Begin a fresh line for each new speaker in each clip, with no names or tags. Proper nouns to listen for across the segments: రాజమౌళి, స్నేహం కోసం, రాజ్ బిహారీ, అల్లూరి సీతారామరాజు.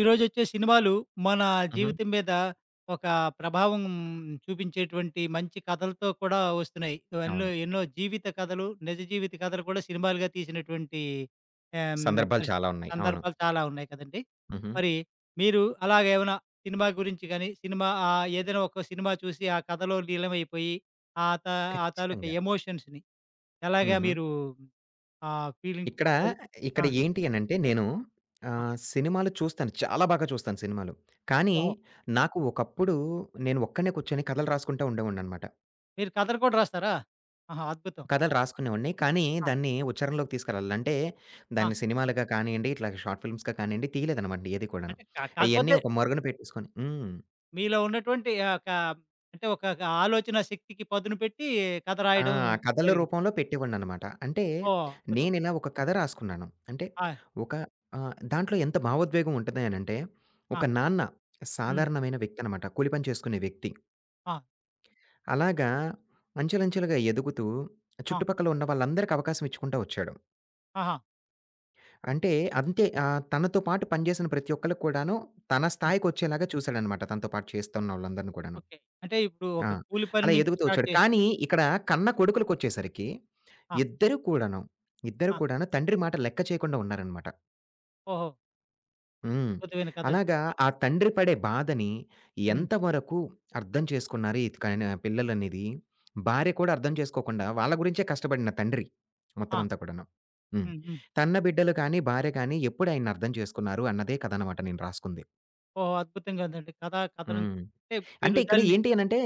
ఈరోజొచ్చే సినిమాలు మన
హుహు.
జీవితం మీద ఒక ప్రభావం చూపించేటువంటి మంచి కథలతో కూడా వస్తున్నాయి. ఎన్నో
అవును.
ఎన్నో జీవిత కథలు, నిజ జీవిత కథలు కూడా సినిమాలుగా తీసినటువంటి ఆహ్, హ్మ్.
సందర్భాలు
పరిస్థితి
చాలా ఉన్నాయి. అవును.
సందర్భాలు చాలా ఉన్నాయి కదండీ!
హుహు.
మరి మీరు అలాగేమైనా సినిమా గురించి గాని, సినిమా ఏదైనా ఒక సినిమా చూసి ఆ కథలో లీలమైపోయి ఆ త ఆ తాలూకా
ఖచ్చితంగా.
ఎమోషన్స్‌ని ఎలాగా
హుహు.
మీరు ఆ ఫీలింగ్
ఇక్కడ,
అది ఆ!
ఇక్కడ ఏంటి అనంటే నేను
ఆ!
సినిమాలు చూస్తాను. చాలా బాగా చూస్తాను సినిమాలు. కానీ
ఓహో!
నాకు ఒకప్పుడు నేను ఒక్కడినే కూర్చొని కథలు రాసుకుంటూ ఉండేవాడిననమాట.
మీరు కథలు కూడా రాస్తారా? ఆహా! అద్భుతం.
కథలు రాసుకునేవాడిని. కానీ
ఆ!
దాన్ని ఉచ్చారణలోకి తీసుకురాలి. అంటే
ఆ!
దాన్ని సినిమాలుగా కానియండి, ఇట్లా షార్ట్ ఫిల్మ్స్‌గా కానియండి తీయలేదనమాట ఏది కూడాను.
అంటే
అయన్నీ
కాకపోతే
ఒక మరుగున పెట్టేసుకొని హ్మ్.
మీలో ఉన్నటువంటి ఒక అంటే ఒక ఒక ఆలోచన శక్తికి పదును పెట్టి కథ
ఆ!
రాయడం
కథల
జరిగింది.
రూపంలో పెట్టేవాడిననమాట. అంటే
ఓహ్! అద్భుతం.
నేనిలా ఒక కథ రాసుకున్నాను. అంటే
ఆ!
ఒక దాంట్లో ఎంత భావోద్వేగం ఉంటది అనంటే,
ఆ!
ఒక నాన్న
హ్మ్.
సాధారణమైన వ్యక్తనమాట. కూలి పని చేసుకునే వ్యక్తి.
ఆ!
అలాగా అంచెలంచెలుగా ఎదుగుతూ
ఆ!
చుట్టుపక్కల ఉన్న వాళ్ళందరికీ అవకాశం ఇచ్చుకుంటా వచ్చాడు.
ఆహా!
అంటే అంతే తనతో పాటు పనిచేసిన ప్రతి ఒక్కళ్ళకి కూడాను తన
హ్మ్.
స్థాయికొచ్చేలాగా చూసాడనమాట. తనతో పాటు చేస్తున్నోళ్ళందరిని కూడాను.
ఓకే. అంటే ఇప్పుడు
ఆ!
ఒక కూలి పని
అలా
నుంచి
ఎదుగుతూ
స్టార్ట్
వచ్చాడు.
చేసి
కానీ ఇక్కడ కన్న కొడుకులకొచ్చేసరికి
ఆ!
ఇద్దరు కూడాను, ఇద్దరు
ఆ!
కూడాను తండ్రి మాట లెక్క చేయకుండా ఉన్నారనమాట.
ఓహో!
హ్మ్.
అద్భుతమైన కథ అండి.
అలాగా ఆ తండ్రి పడే బాధని
హ్మ్.
ఎంతవరకు అర్థం చేసుకున్నారు ఈ కన పిల్లలనేది భార్య కూడా అర్థం చేసుకోకుండా వాళ్ళ గురించే కష్టపడిన తండ్రి మొత్తం
ఆ!
అంతా కూడాను. హ్మ్.
హ్మ్. హ్మ్.
తన్న బిడ్డలు కానీ, భార్య కానీ ఎప్పుడు ఆయన్ని అర్థం చేసుకున్నారు అన్నదే కథనమాట నేను రాసుకుంది.
ఓహో! అద్భుతంగా ఉందండి. కథా కథనం
హ్మ్.
అంటే మీరు
అంటే ఇక్కడ
దాన్ని
ఏంటి అనంటే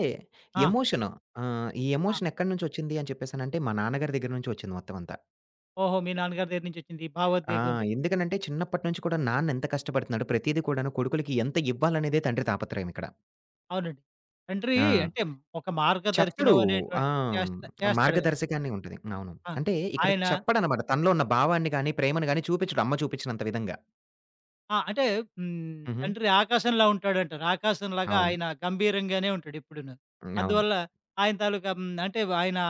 ఆ!
ఎమోషను. ఈ
ఆ!
ఎమోషన్ ఎక్కడి నుంచొచ్చింది అని చెప్పేసనంటే, మా నాన్నగారి దగ్గర నుంచి వచ్చింది మొత్తం అంతా.
ఓహో! మీ నాన్నగారి దగ్గర నుంచి వచ్చింది. ఈ
ఆ!
భావోద్వేగం అనేటువంటిది.
ఎందుకనంటే చిన్నప్పటి నుంచి కూడా నాన్న ఎంత కష్టపడుతున్నాడు, ప్రతీది కూడాను కొడుకులకి ఎంత ఇవ్వాలనేదే తండ్రి తాపత్రయం ఇక్కడ.
అవునండి. తండ్రి
ఆ!
అంటే ఒక
చెప్పడు.
మార్గదర్శనం
ఆ!
అనేటువంటిది చేస్తాడు కదా!
మార్గదర్శకాన్ని ఉంటది. అవును.
ఆ!
అంటే ఇక్కడ
ఆయన
చెప్పడనమాట. తనలో ఉన్న భావాన్ని గాని, ప్రేమను గాని చూపించడు అమ్మ చూపించినంత విధంగా.
ఆ! అంటే హ్మ్.
హుహు.
తండ్రి ఆకాశంలా ఉంటాడంటారు. ఆకాశంలాగా
అవును.
ఆయన గంభీరంగానే ఉంటాడు ఎప్పుడూను.
హ్మ్. అవును.
అందువల్ల ఆయన తాలూకా హ్మ్. అంటే ఆయన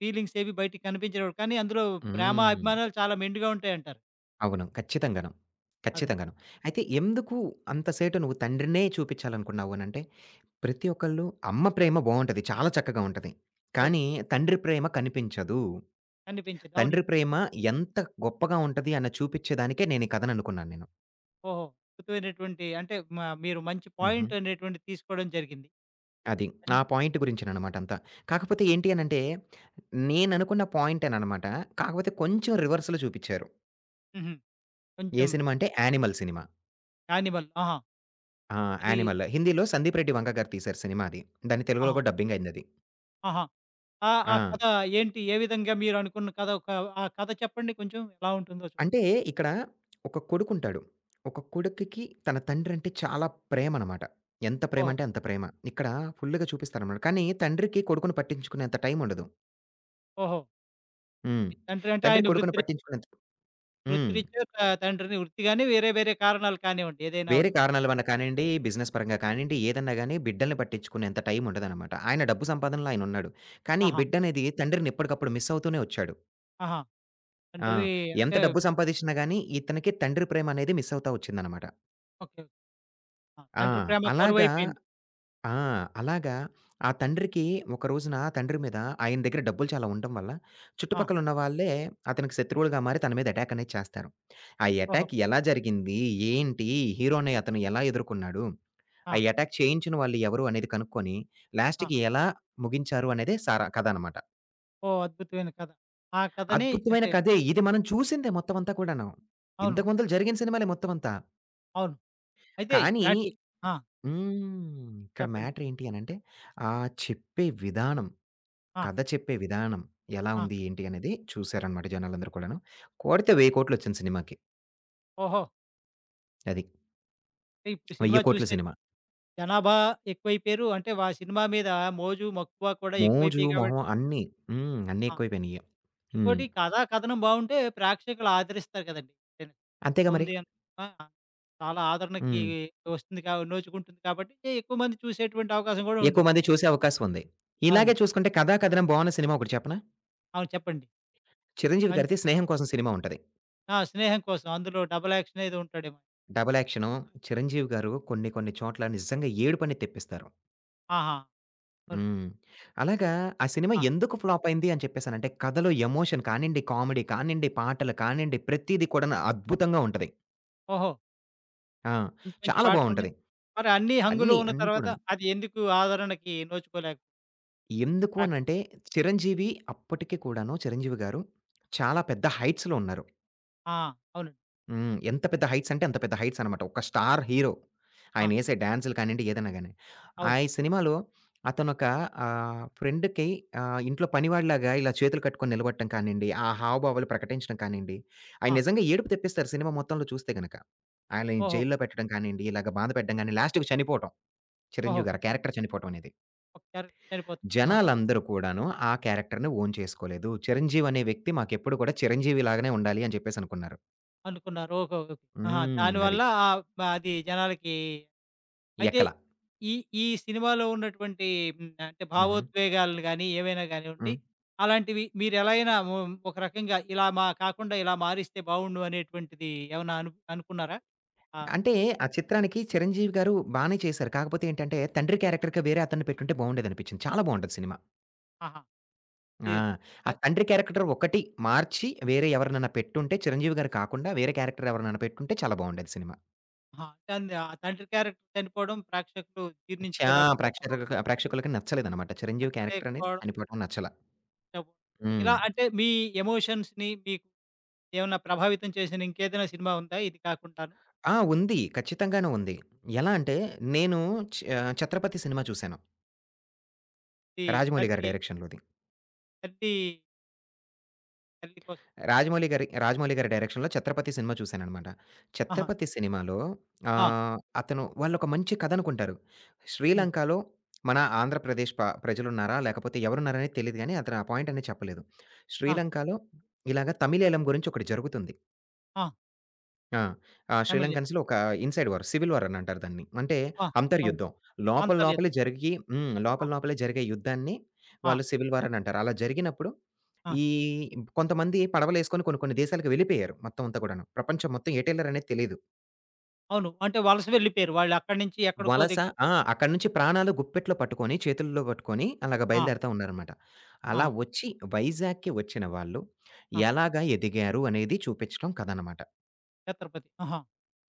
ఫీలింగ్స్ ఏవి బయటికి కనిపించవు. కానీ అందులో ప్రేమ,
హ్మ్.
అభిమానాలు చాలా మెండుగా ఉంటాయంటారు.
అవును. ఖచ్చితంగాను.
అవునండి.
ఖచ్చితంగాను. అయితే ఎందుకు అంత సేటు నువ్వు తండ్రినే చూపించాలనుకున్నావు అనంటే? ప్రతి ఒక్కళ్ళు అమ్మ ప్రేమ బావుంటది. చాలా చక్కగా ఉంటది.
అవును.
కానీ తండ్రి ప్రేమ కనిపించదు.
కనిపించదు.
తండ్రి
అవునండి.
ప్రేమ ఎంత గొప్పగా ఉంటది అన్న చూపిచ్చేదానికే నేను ఈ కథననుకున్నాను నేను.
ఓహో! అద్భుతమైనటువంటి అంటే మీరు మంచి
హుహు.
పాయింట్ అనేటువంటిది తీసుకోవడం జరిగింది.
అది. ఆ
అన్
పాయింట్ గురించేననమాట అంతా. కాకపోతే ఏంటి అనంటే, నేననుకున్న పాయింటేననమాట. కాకపోతే కొంచెం రివర్స్‌లో చూపిచ్చారు.
హుహు.
ఏ
కొంచెం
సినిమా అంటే 'యానిమల్' సినిమా.
యానిమల్. ఆహా!
ఆ!
అది
'యానిమల్' హిందీలో 'సందీప్ రెడ్డి వంక' గారు తీశారు సినిమా అది. దాన్ని తెలుగులో
ఆహా!
కూడా డబ్బింగయిందది.
ఆహా! ఆ! ఆ
ఆ!
కథ ఏంటి? ఏ విధంగా మీరు అనుకున్న కథ ఒక ఆ కథ చెప్పండి కొంచెం ఎలా ఉంటుందో చు
అంటే ఇక్కడ ఒక కొడుకుంటాడు. ఒక కొడుకుకి తన తండ్రంటే చాలా ప్రేమనమాట. ఎంత
ఓహో!
ప్రేమంటే అంత ప్రేమ. ఇక్కడ ఫుల్లుగా చూపిస్తారనమాట. కానీ తండ్రికి కొడుకుని పట్టించుకునేంత టైముండదు.
ఓహో!
హ్మ్.
మీ తండ్రి అంటే
తండ్రి
ఆయన
కొడుకుని
వృత్తిరీ
పట్టించుకునేంత హ్మ్.
వృత్తిరీత్యా త తండ్రిని వృత్తి గాని, వేరే వేరే కారణాలు కానివ్వండి. ఏదైనా
వేరే
అవనివ్వండి.
కారణాల వల్ల కానియండి, బిజినెస్ పరంగా కానియండి, ఏదన్నా గాని బిడ్డల్ని పట్టించుకునేంత టైముండదనమాట. ఆయన డబ్బు సంపాదనలో ఆయనున్నాడు. కానీ ఈ
ఆహా!
బిడ్డనేది తండ్రిని ఎప్పటికప్పుడు మిస్ అవుతూనే వచ్చాడు.
ఆహా!
ఆ!
తండ్రి
ఎంత
అంటే
డబ్బు సంపాదిచ్చినా గాని ఇతనికి తండ్రి ప్రేమనేది మిస్ అవుతా వచ్చిందనమాట.
ఓకే. ఓకే. ఆ!
ఆ!
తండ్రి ప్రేమ
అలాగా
కరువైపోయింది.
ఆ! అలాగా ఆ తండ్రికి ఒక రోజున తండ్రి మీద ఆయన దగ్గర డబ్బులు చాలా ఉండటం వల్ల,
ఆ!
చుట్టుపక్కల ఉన్న వాళ్ళే అతనికి శత్రువులుగా మారి తన మీద అటాక్ అనేది చేస్తారు. ఆ
ఓహో!
అటాక్ ఎలా జరిగింది? ఏంటి? హీరోని అతను ఎలా ఎదుర్కొన్నాడు?
ఆ!
ఆ అటాక్ చేయించిన వాళ్ళు ఎవరు అనేది కనుక్కొని
ఆ!
లాస్ట్‌కి ఎలా ముగించారు అనేదే సారా కథ అనమాట.
ఓహ్! అద్భుతమైన కథ. ఆ కథని
అద్భుతమైన
అంటే
కథే. ఇది మనం చూసిందే మొత్తం అంతా కూడాను.
అవును.
ఇంతకు ముందుల జరిగిన సినిమాలే మొత్తం అంతా.
అవును. అయితే
కానీ
ఇలాంటి ఆ!
హ్మ్. ఇక్కడ
చెప్పండి.
మ్యాటర్ ఏంటి అనంటే, ఆ చెప్పే విధానం
ఆ!
కథ చెప్పే విధానం ఎలా
ఆ!
ఉంది? ఏంటి? అనేది చూసారనమాట జనాలందరూ కూడాను. కోడితే 1000,00,00,000 వచ్చింది సినిమాకి.
ఓహో!
అది.
అంటే ఇప్పుడు సినిమా
1000,00,00,000
చూసే
సినిమా.
జనాభా ఎక్కువైపోయారు. అంటే వా సినిమా మీద మోజు, మక్కువ కూడా
మోజు,
ఎక్కువైపోయాయి కాబట్టి
మొహం అన్నీ. హ్మ్. అన్నీ
ఆ!
ఎక్కువైపోయినియి. హ్మ్.
ఇంకోటి కథా కథనం బావుంటే ప్రేక్షకులు ఆదరిస్తారు కదండీ! ఏదైనా
అంతేగా మరి.
బావుంది అని ఆ! చాలా ఆదరణకి
హ్మ్.
వస్తుంది నోచుకుంటుంది కాబట్టి ఎక్కువ మంది చూసేటువంటి అవకాశం గూడా
ఎక్కువ
ఉంటుంది.
మంది చూసే అవకాశం ఉంది.
అవును.
ఇలాగే చూసుకుంటే కథా, కథనం బావున్న సినిమా ఒకటి చెప్పనా?
అవును. చెప్పండి.
చిరంజీవి
పం
గారిది 'స్నేహం కోసం' సినిమా ఉంటది.
ఆ! 'స్నేహం కోసం' అందులో డబుల్ యాక్షన్ ఏదో ఉంటాడేమో.
Double action. చిరంజీవి గారు కొన్ని కొన్ని చోట్ల నిజంగా ఏడుపనేది తెప్పిస్తారు.
ఆహా! అవునండి.
హ్మ్. అలాగా ఆ సినిమా
ఆ!
ఎందుకు ఫ్లాప్ అయింది అని చెప్పేసానంటే, కథలో ఎమోషన్ కానియండి, కామెడీ కానియండి, పాటలు కానియండి, ప్రతీది కూడాను అద్భుతంగా ఉంటది.
ఓహో!
ఆ!
మంచి మంచి
చాలా
పాటలున్నాయి.
బావుంటది.
మరి అన్ని హంగులు
అన్నీ,
ఉన్న
అన్నీ
తర్వాత
కూడాను.
అది ఎందుకు ఆదరణకి నోచుకోలేక
ఎందుకు
ప్రేక్ష
అనంటే, చిరంజీవి అప్పటికి కూడాను చిరంజీవి గారు చాలా పెద్ద హైట్స్‌లో ఉన్నారు.
ఆ! అవునండి.
హ్మ్. ఎంత పెద్ద హైట్స్ అంటే అంత పెద్ద హైట్స్ అనమాట. ఒక స్టార్ హీరో.
ఆ!
ఆయనేసే డాన్సులు కానియండి, ఏదన్నా గాని. ఆ
అవును.
ఈ సినిమాలో అతనొక ఫ్రెండ్‌కి ఇంట్లో పనివాడిలాగా ఇలా చేతులు కట్టుకొని నిలబడటం కానియండి, ఆ హావభావాలు ప్రకటించడం కానియండి, ఆయన
ఆ!
నిజంగా ఏడుపు తెప్పిస్తారు సినిమా మొత్తంలో చూస్తే గనక. ఆయనని
ఓహో!
జైల్‌లో పెట్టడం కానియండి, ఇలాగ బాధ పెట్టడం గాని, లాస్ట్‌కి చనిపోవటం.
ఓహో!
చిరంజీవి గారు ఆ క్యారెక్టర్ చనిపోవటం అనేది.
ఒక క్యారెక్టర్ చనిపోతుంది. ఆ!
జనాలందరూ కూడాను ఆ క్యారెక్టర్‌ని ఓన్ చేసుకోలేదు. చిరంజీవి అనే వ్యక్తి మాకెప్పుడు కూడా చిరంజీవి లాగానే ఉండాలి అని చెప్పేసనుకున్నారు.
అనుకున్నారు. ఓహో! ఓకే. ఓకే. ఆహా!
హ్మ్.
దానివల్ల
అది.
ఆహ్, బ అది జనాలకి అయితే
ఎక్కల.
ఈ ఈ సినిమాలో ఉన్నటువంటి హ్మ్. అంటే
హుహు.
భావోద్వేగాలను గాని, ఏవైనా గానివ్వండి,
హ్మ్.
అలాంటివి మీరెలాగైనా ఒ ఒక రకంగా ఇలా మా కాకుండా ఇలా మారిస్తే బావుండు అనేటువంటిది ఏమన్నా అనుకున్నారా? ఆహ్,
అంటే ఆ చిత్రానికి 'చిరంజీవి' గారు బానే చేశారు. కాకపోతే ఏంటంటే తండ్రి క్యారెక్టర్‌గా వేరే అతన్ని పెట్టుంటే బావుండేదనిపించింది. చాలా బావుంటది సినిమా.
ఆహా! ఈ
ఆ!
త
ఆ తండ్రి క్యారెక్టర్ ఒకటి మార్చి వేరే ఎవరినైనా పెట్టుంటే 'చిరంజీవి' గారు కాకుండా వేరే క్యారెక్టర్ ఎవరినైనా పెట్టుంటే చాలా బావుండేది సినిమా.
ఆహా! తంది ఆ తండ్రి క్యారెక్టర్ చనిపోవడం, ప్రేక్షకులు
చా
జీర్ణించుకోలేకపోవడం,
ప్రేక్షకులకి నచ్చలేదనమాట. 'చిరంజీవి' క్యారెక్టర్ అనేది
నచ్చలేకపోవడం
చనిపోవటం నచ్చల.
చెప్పు
హ్మ్.
ఇలా అంటే మీ ఎమోషన్స్‌ని మీకు ఏమన్నా ప్రభావితం చేసిన ఇంకేదైనా సినిమా ఉందా ఇది కాకుండా?
ఆ! ఉంది. ఖచ్చితంగానే ఉంది. ఎలా అంటే నేను చ 'ఛత్రపతి' సినిమా చూసాను.
ఇది
రాజమౌళి గారి
తల్లి,
డైరెక్షన్‌లోది.
తల్లి, తల్లి కోసం.
రాజమౌళి గారి డైరెక్షన్‌లో 'ఛత్రపతి' సినిమా చూశాననమాట.
ఆహా!
'ఛత్రపతి' సినిమాలో
ఆ!
అతను వాళ్ళొక మంచి కథ అనుకుంటారు.
హ్మ్.
శ్రీలంకలో మన ఆంధ్రప్రదేశ్ ప్రజలున్నారా? లేకపోతే ఎవరున్నారనేది తెలీదు గానీ అతను ఆ పాయింట్ అనేది చెప్పలేదు.
ఆ!
శ్రీలంకలో ఇలాగ తమిళేలం గురించి ఒకటి జరుగుతుంది.
ఆ!
ఆ!
తమిళియన్.
శ్రీలంకన్స్‌లో ఒక ఇన్‌సైడ్ వార్, సివిల్ వార్ అని అంటారు దాన్ని. అంటే
ఆ! అవును.
అంతర్యుద్ధం. లోపల
అంతర్యం.
లోపలే జరిగి హ్మ్.
ఆ!
లోపల లోపలే జరిగే యుద్ధాన్ని
ఆ!
వాళ్ళు సివిల్ వార్ అని అంటారు. అలా జరిగినప్పుడు
ఆ!
ఈ కొంతమంది పడవలేసుకొని కొన్ని కొన్ని దేశాలకు వెళ్ళిపోయారు మొత్తం అంతా కూడాను. ప్రపంచం మొత్తం ఎటెళ్లారనేది తెలీదు.
అవును. అంటే వలస వెళ్ళిపోయారు. వాళ్ళక్కడి నుంచి ఎక్కడికో
వలస
దగ్గర
ఆ! అక్కడి నుంచి ప్రాణాలు గుప్పెట్లో పట్టుకొని, చేతుల్లో పట్టుకొని అలాగ
ఆ!
బయలుదేరుతా ఉన్నారనమాట.
ఆ!
అలా వచ్చి వైజాగ్‌కి వచ్చిన వాళ్ళు
ఆ!
ఎలాగా ఎదిగారు అనేది చూపించడం కథనమాట.
ఛత్రపతి. ఆహా!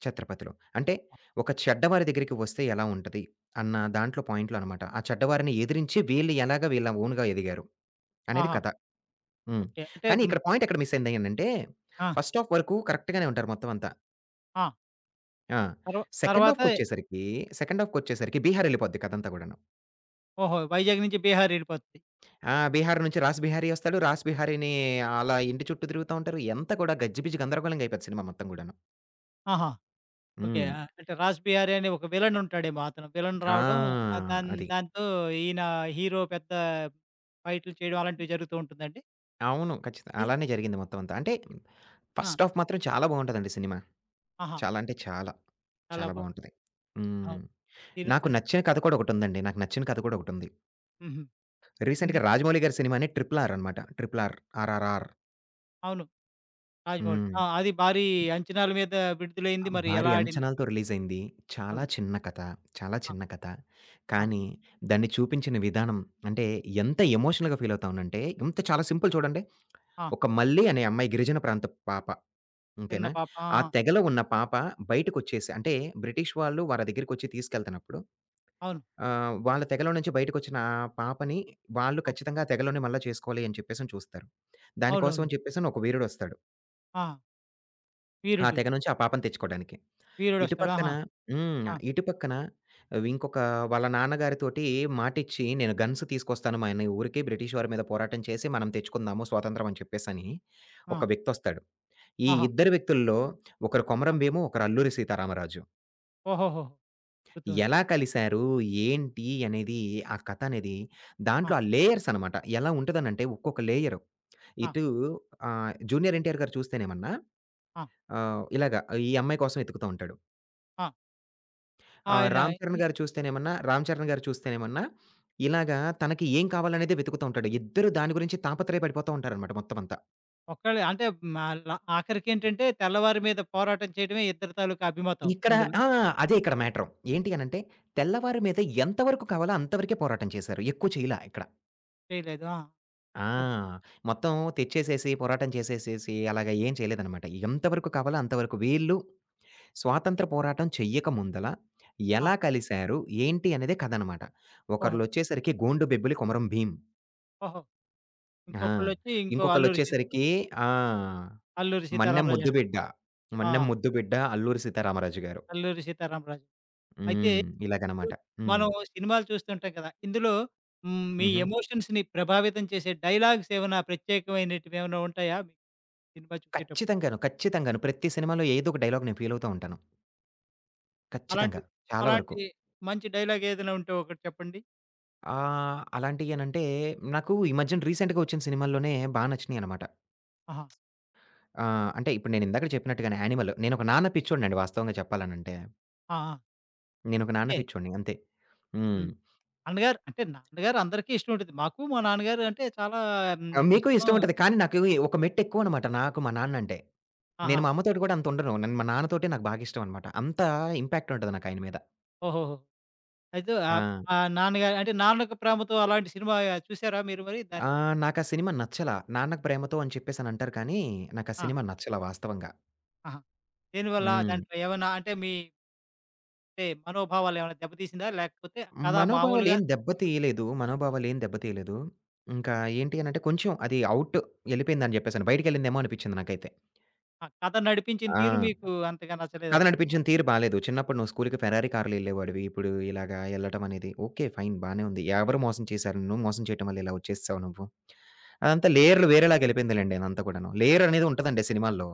ఛత్రపతిలో. అంటే ఒక చెడ్డవారి దగ్గరికి వస్తే ఎలా ఉంటది? అన్న దాంట్లో పాయింట్లు అనమాట. ఆ చెడ్డవారిని ఎదిరించి వీళ్ళు ఎలాగా వీళ్ళ ఓన్‌గా ఎదిగారు అనేది
ఆహా!
కథ. హ్మ్.
ఓకే. అంటే
కానీ
హ్మ్.
ఇక్కడ పాయింట్ ఎక్కడ మిస్ అయింది అనంటే
ఆ!
ఫస్ట్ హాఫ్ వరకు కరెక్ట్‌గానే ఉంటారు మొత్తం అంతా.
ఆ!
ఆ!
తర్వా
సెకండ్
తర్వాత
హాఫ్‌కొచ్చేసరికి, సెకండ్ హాఫ్‌కొచ్చేసరికి బీహార్ ఎళ్ళిపోద్ది కథంతా గూడాను.
ఓహో! వైజాగ్ నుంచి బీహార్ ఎళ్ళిపోతది.
ఆ! బీహార్ నుంచి రాస్ బిహారీ వస్తాడు. రాస్ బిహారీని అలా ఇంటి చుట్టూ తిరుగుతా ఉంటారు. ఎంత కూడా గజిబిజి గందరగోళంగా అయిపోద్ది సినిమా మొత్తం గూడాను.
ఆహా! ఓకే.
హ్మ్.
ఆ! అంటే 'రాజ్ బిహారీ' అనే ఒక విలన్ ఉంటాడేమో అతను. విలన్
ఆ!
రావడం ఆహ్, దాన్
అది.
దాంతో ఈయన హీరో పెద్ద ఫైట్‌లు చేయడం అలాంటివి జరుగుతూ ఉంటుందండి?
అవును. ఖచ్చితం.
ఈ
అలానే జరిగింది మొత్తం అంతా. అంటే
ఆ!
ఫస్ట్ హాఫ్ మాత్రం చాలా బావుంటదండి సినిమా.
ఆహా!
చాలా అంటే చాలా.
చాలా
చాలా
బా
బావుంటది.
అవు
హ్మ్.
తిను
నాకు
అన్
నచ్చిన కథ కూడా ఒకటుందండి. నాకు నచ్చిన కథ కూడా ఒకటుంది.
హుహు.
రీసెంట్‌గా
ఇందులో
రాజమౌళి గారి సినిమానే 'ట్రిపుల్ ఆర్' అనమాట. 'ట్రిపుల్ ఆర్' 'ఆర్ఆర్ఆర్'
అవును. రాజమౌళి.
హ్మ్.
ఆ! అది భారీ అంచనాల మీద విడుదలైంది. మరి ఎలా
భారీ
ఆడిందో
అంచనాలతో రిలీజయింది. చాలా
అవును.
చిన్న కథ. చాలా
ఆ!
చిన్న కథ.
ఆ!
కానీ దాన్ని చూపించిన విధానం అంటే ఎంత ఎమోషనల్‌గా ఫీలవుతామనంటే ఎంత చాలా సింపుల్ చూడండి.
ఆ!
ఒక మల్లి అనే అమ్మాయి గిరిజన ప్రాంతపు పాప.
చిన్న
ఓకేనా.
పాప. ఆ!
ఆ
ఆ!
తెగలో ఉన్న పాప బయటికొచ్చేసి అంటే బ్రిటిష్ వాళ్ళు వాళ్ళ దగ్గరికొచ్చి తీసుకెళ్తన్నప్పుడు
అవును.
వాళ్ళ తెగలో నుంచి బయటికొచ్చిన ఆ పాపని వాళ్ళు
ఆ!
ఖచ్చితంగా ఆ తెగలోనే మళ్ళా చేసుకోవాలి అని చెప్పేసని చూస్తారు. దానికోసం
అవునవును.
అని చెప్పేసని ఒక వీరుడొస్తాడు.
ఆ!
ఆ
వీరుడు.
తెగ నుంచి ఆ పాపను తెచ్చుకోడానికి. ఇటు
వీరుడొస్తాడు.
పక్కన
ఆహా!
హ్మ్.
ఆ!
ఇటు పక్కన ఇంకొక వాళ్ళ నాన్నగారితోటి మాటిచ్చి నేను గన్స్ తీసుకొస్తాను మన ఊరికి బ్రిటిష్ వారి మీద పోరాటం చేసి మనం తెచ్చుకుందాము స్వాతంత్రం అని చెప్పేసని
ఆ!
ఒక వ్యక్తొస్తాడు. ఈ
ఆహా!
ఇద్దరు వ్యక్తుల్లో ఒకరు
ఆ!
కొమరం భీము, ఒకరు అల్లూరి సీతారామరాజు.
ఓహోహోహో! గుర్తుకుంది.
ఎలా కలిసారు? ఏంటి? అనేది ఆ కథ అనేది
ఆ!
దాంట్లో ఆ లేయర్స్ అనమాట. ఎలా ఉంటదనంటే ఒక్కొక్క లేయరు.
ఆ!
ఇటు 'జూనియర్ ఎన్టీఆర్' గారు చూస్తేనేమన్నా
ఆ!
ఇలాగ ఈ అమ్మాయి కోసం వెతుకుతా ఉంటాడు.
ఆ! ఆయన
'రామ్ చరణ్'
ఈ
గారు చూస్తేనేమన్నా 'రామ్ చరణ్' గారు చూస్తేనేమన్నా ఇలాగా తనకి ఏం కావాలనేదే వెతుకుతూ ఉంటాడు. ఇద్దరు దాని గురించి తాపత్రయపడిపోతూ ఉంటారనమాట మొత్తం అంతా.
ఒక్కళ్ళే అంటే మా ల ఆఖరికేంటంటే తెల్లవారి మీద పోరాటం చేయడమే ఇద్దరి తాలూకా అభిమతం
ఇక్కడ
ఇందులో.
ఆ! అదే ఇక్కడ మ్యాటరు. ఏంటి అనంటే తెల్లవారి మీద ఎంత వరకు కావాలో అంతవరకే పోరాటం చేశారు. ఎక్కువ చేయలా ఇక్కడ.
చేయలేదు. ఆ!
ఆ!
అదే.
మొత్తం తెచ్చేసేసి, పోరాటం చేసేసేసి అలాగ ఏం చేయలేదనమాట. ఎంతవరకు కావాలో అంతవరకు. వీళ్ళు స్వాతంత్ర పోరాటం చెయ్యక ముందల
ఆ!
ఎలా కలిసారు? ఏంటి? అనేదే కథనమాట.
ఓహో!
ఒకళ్ళొచ్చేసరికి 'గోండు బెబ్బులి కొమరం భీం'
ఓహో!
ఆ!
ఇంకొకళ్ళొచ్చి ఇంకో అల్లూరి సీ
ఇంకొకళ్ళొచ్చేసరికి ఆ!
'అల్లూరి
'మన్నెం
సీతారామరాజు' అంటారు.
ముద్దుబిడ్డ'
ఆ!
'మన్నెం ముద్దుబిడ్డ' 'అల్లూరి సీతారామరాజు' గారు.
'అల్లూరి సీతారామరాజు.' అయితే
హ్మ్.
ఇప్పుడు
ఇలాగనమాట. హ్మ్.
మనం సినిమాలు చూస్తుంటాం కదా! ఇందులో హ్మ్, మీ
హుహు.
ఎమోషన్స్‌ని ప్రభావితం చేసే డైలాగ్స్ ఏమైనా ప్రత్యేకమైనటివేమైనా ఉంటాయా? మీకు సినిమా చూసేటప్పుడు?
ఖచ్చితంగాను. ఖచ్చితంగాను. ప్రతి సినిమాలో ఏదో ఒక డైలాగ్ నేను ఫీలవుతా ఉంటాను.
అలాంటి
ఖచ్చితంగా. చాలా వరకు.
అలాంటి మంచి డైలాగ్ ఏదైనా ఉంటే ఒకటి చెప్పండి.
అలాంటియేనంటే నాకు ఈ మధ్యన రీసెంట్‌గా వచ్చిన సినిమాల్లోనే బా నచ్చినియనమాట.
ఆహా!
అంటే ఇప్పుడు నేను ఇందాకడ చెప్పినట్టుగానే 'యానిమల్' నేనొక నాన్న పిచ్చోడినండి వాస్తవంగా చెప్పాలనంటే.
ఆ! ఆ!
నేనొక నాన్న
అంటే
పిచ్చోడిని అంతే. హ్మ్.
హ్మ్. నాన్నగారు అంటే నాన్నగారు అందరికీ ఇష్టం ఉంటుంది. మాకు మా నాన్నగారు అంటే చాలా హ్మ్,
మీకు
ఇష్టం.
ఇష్టం ఉంటది. కానీ నాకు ఒక మెట్టెక్కువనమాట నాకు మా నాన్నంటే.
ఆహా!
నేను మా అమ్మతోటి కూడా అంత ఉండను. నేను మా నాన్నతోటే నాకు బాగా ఇష్టం అనమాట. అంత ఇంపాక్ట్ ఉంటది నాకు ఆయన మీద.
ఓహోహో! అయితే
ఆ!
ఆ నాన్నగారు అంటే నాన్నకు ప్రేమతో అలాంటి సినిమా చూసారా మీరు మరి
ఆ!
దాన్ని?
నాకా సినిమా నచ్చలా. 'నాన్నకు ప్రేమతో' అని చెప్పేసనంటారు కానీ, నాకా
ఆ!
సినిమా నచ్చలా వాస్తవంగా.
ఆహా! దేనివల్ల
హ్మ్.
దాంట్లో ఏమైనా అంటే మీ అంటే మనోభావాలు ఏమైనా దెబ్బతీసిందా? లేకపోతే కథ మామూలుగా
మనోభావాలేం దెబ్బతీయలేదు. మనోభావాలేం దెబ్బతీయలేదు. ఇంకా ఏంటి అనంటే కొంచెం అది ఔట్ ఎళ్ళిపోయిందని జెప్పేసని. బయటికెళ్ళిందేమో అనిపిచ్చింది నాకైతే.
ఆ! కథ నడిపించిన తీరు
ఆ!
మీకు అంతగా
కథ
నచ్చలేదన్నమాట.
నడిపించిన తీరు బాలేదు. చిన్నప్పుడు నువ్వు స్కూలుకి ఫెరారీ కార్‌లో ఎళ్ళేవాడివి. ఇప్పుడు ఇలాగా ఎళ్ళటం అనేది ఓకే. ఫైన్ బానే ఉంది. ఎవరు మోసం చేశారు నిన్ను? మోసం చేయటం వల్ల ఇలా వచ్చేసావు నువ్వు. అదంతా లేయర్‌లు వేరేలాగెళ్ళిపోయిందిలెండి అదంతా కూడాను. లేయర్ అనేది ఉంటదండి సినిమాల్లో.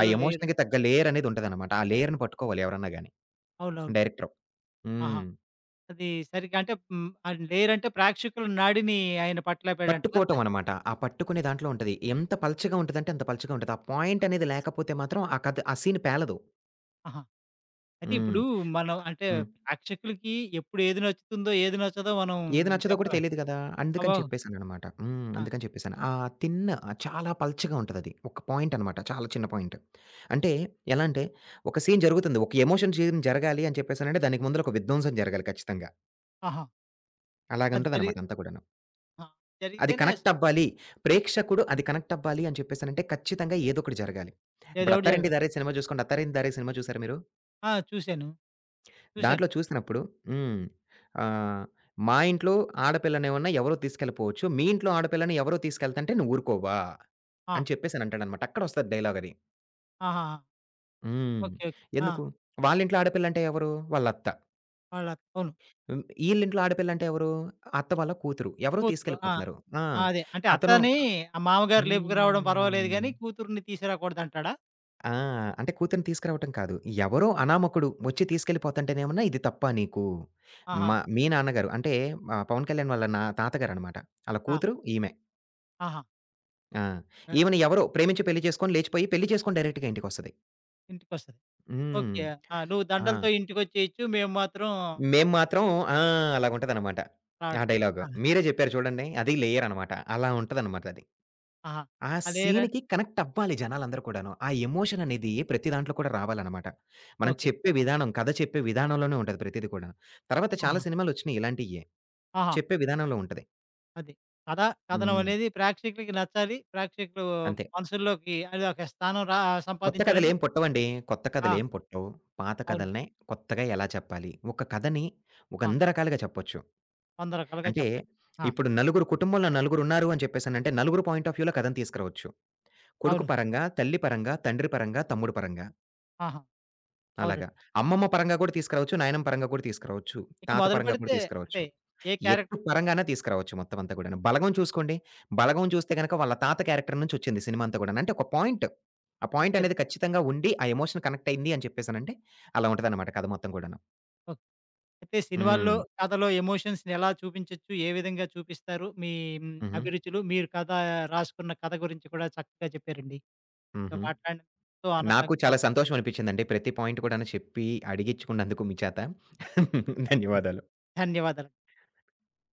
ఆ
లేయరు.
ఎమోషన్‌కి తగ్గ లేయర్ అనేది ఉంటదనమాట. ఆ లేయర్‌ని పట్టుకోవాలి ఎవరన్నా గాని
అవునవును.
డైరెక్టరు.
ఆహా!
హ్మ్.
అది సరిగ్గా అంటే హ్మ్. అది లేరంటే ప్రేక్షకుల నాడిని ఆయన పట్టలేపోయాడంటారా? దా
పట్టుకోవటం అనమాట. ఆ పట్టుకునే దాంట్లో ఉంటది. ఎంత పల్చగా ఉంటదంటే అంత పల్చగా ఉంటది. ఆ పాయింట్ అనేది లేకపోతే మాత్రం ఆ కథ ఆ సీన్ పేలదు.
ఆహా! అయితే ఇప్పుడు
హ్మ్.
మనం అంటే
హ్మ్.
ప్రేక్షకులకి ఎప్పుడు ఏది నచ్చుతుందో, ఏది నచ్చదో మనం
ఏది నచ్చదో కూడా
చెప్పలేం.
తెలీదు గదా! అందుకని
అబ్బో!
చెప్పేసాననమాట. హ్మ్.
ఆ!
అందుకని చెప్పేసాను. ఆ తిన్ చాలా పల్చగా ఉంటదది. ఒక పాయింట్ అనమాట. చాలా చిన్న పాయింట్. అంటే ఎలా అంటే ఒక సీన్ జరుగుతుంది. ఒక ఎమోషన్ సీన్ జరగాలి అని చెప్పేసనంటే దానికి ముందల ఒక విధ్వంసం జరగాలి ఖచ్చితంగా.
ఆహా! అది జరిగి
అలాగుంటదనమాట అంతా కూడాను.
ఆ!
అది
జరిగితేనే
కనెక్ట్ అవ్వాలి. ప్రేక్షకుడు అది కనెక్ట్ అవ్వాలి అని చెప్పేసనంటే ఖచ్చితంగా ఏదోకటి జరగాలి.
ఏదో
ఇప్పుడు
ఒకటి జరగాలి.
'అత్తారింటికి దారేది' సినిమా చూసుకోండి. 'అత్తారింటికి దారేది' సినిమా చూసారా మీరు?
ఆ! చూసాను. చూసాను.
దాంట్లో చూసినప్పుడు హ్మ్. ఆహ్, మా ఇంట్లో ఆడపిల్లనేమన్నా ఎవరో తీసుకెళ్ళిపోవచ్చు. మీ ఇంట్లో ఆడపిల్లని ఎవరో తీసుకెళ్తంటే నువ్వు ఊరుకోవా?
ఆ!
అని చెప్పేసని అంటాడనమాట. అక్కడొస్తది డైలాగ్ అది.
ఆహాహా! ఓకే.
హ్మ్.
ఓకే. ఆ!
ఎందుకు? వాళ్ళింట్లో ఆడపిల్లంటే ఎవరు? వాళ్ళత్త.
వాళ్ళ అవును.
హ్మ్. ఈళ్ళింట్లో ఆడపిల్లంటే ఎవరు? అత్త వాళ్ళ కూతురు. ఎవరో
కూతురు. ఆ!
తీసుకెళ్ళిపోతున్నారు. ఆ!
ఆ, అదే. అంటే
అతను
అత్తని ఆ మామగారు లేపుకురావడం పర్వాలేదు
హ్మ్.
గానీ, కూతురిని తీసుకురాకూడదంటాడా?
ఆ! అంటే కూతురిని తీసుకురావటం కాదు. ఎవరో అనామకుడు వచ్చి తీసుకెళ్ళిపోతంటేనేమన్నా ఇది తప్పా నీకు?
ఆహా!
మా మీ నాన్నగారు అంటే 'పవన్ కళ్యాణ్' వాళ్ళ నా తాతగారనమాట. ఆళ్ళ
ఆ!
కూతురు ఈమె.
ఆహా!
ఆ!
ఆహ్,
ఈమెని ఎవరో ప్రేమించి పెళ్లి చేసుకొని లేచిపోయి పెళ్లి చేసుకొని డైరెక్ట్‌గా ఇంటికొస్తది.
ఇంటికొస్తది.
హ్మ్.
ఓకే. ఆ! నువ్వు
ఆ!
దండలతో ఇంటికొచ్చేయొచ్చు. మేము మాత్రం
మేము మాత్రం ఆ! అలాగుంటదనమాట. ఆ
రాట్
డైలాగు.
ఆహా!
మీరే చెప్పారు చూడండి. అది లేయర్ అనమాట. అలా ఉంటదనమాట అది.
ఆహా!
ఆ
ఆ! లేరా
సీన్‌కి కనెక్ట్ అవ్వాలి జనాలందరూ కూడాను. ఆ ఎమోషన్ అనేది ప్రతి దాంట్లో కూడా రావాలనమాట. మనం
ఓకే.
చెప్పే విధానం, కథ చెప్పే విధానంలోనే ఉంటది ప్రతీది కూడాను. తర్వాత చాలా
ఆహా!
సినిమాలొచ్చినియి ఇలాంటియ్యే.
ఆహా!
చెప్పే విధానంలో ఉంటది.
అది. కథ, కథనం
హ్మ్.
అనేది ప్రేక్షకులకి నచ్చాలి. ప్రేక్షకులు
అంతే.
మనసుల్లోకి అదొక స్థానం రా
కొత్త
సంపాదించాలంటే
కథలేం పుట్టవండి. కొత్త
ఆ!
కథలేం పుట్టవు. పాత
అవును.
కథలనే కొత్తగా ఎలా చెప్పాలి? ఒక కథని ఒక
ఆ!
వంద రకాలుగా చెప్పొచ్చు.
100 రకాలుగా
అంటే
చెప్పచ్చు. ఆ!
ఇప్పుడు నలుగురు కుటుంబంలో నలుగురున్నారు అని చెప్పేసనంటే, నలుగురు పాయింట్ ఆఫ్ వ్యూలో కథను తీసుకురావచ్చు. కొడుకు
అవును.
పరంగా, తల్లి పరంగా, తండ్రి పరంగా, తమ్ముడు పరంగా.
ఆహా!
అలాగా.
అవునండి.
అమ్మమ్మ పరంగా కూడా తీసుకురావచ్చు. నాయనమ్మ పరంగా కూడా తీసుకురావచ్చు.
ఇక
తాత పరంగా కూడా
మొదలుపెడితే
తీసుకురావచ్చు.
అంటే ఏ క్యారెక్టర్
ఎటు పరంగానే తీసుకురావచ్చు మొత్తం అంతా కూడాను. 'బలగం' చూసుకోండి. 'బలగం' చూస్తే గనక వాళ్ళ తాత క్యారెక్టర్ నుంచి వచ్చింది సినిమా అంతా కూడాను. అంటే ఒక పాయింట్. ఆ పాయింట్ అనేది ఖచ్చితంగా ఉండి, ఆ ఎమోషన్ కనెక్ట్ అయింది అని చెప్పేసానంటే అలా ఉంటదన్నమాట కథ మొత్తం కూడాను.
ఓకే. అయితే సినిమాల్లో,
హ్మ్.
కథలో ఎమోషన్స్‌ని ఎలా చూపించొచ్చు? ఏ విధంగా చూపిస్తారు? మీ హ్మ్,
హుహు.
అభిరుచులు, మీరు కథ రాసుకున్న కథ గురించి కూడా చక్కగా చెప్పారండి. మీతో
హుహు.
మాట్లాడినందుకు ఎంతో
నాకు
ఆనందంగా
చాలా సంతోషం అనిపించిందండి. ప్రతి పాయింట్ కూడాను చెప్పి అడిగించుకున్నందుకు మీ చేత.
హ్మ్.
ధన్యవాదాలు.
ధన్యవాదాలు.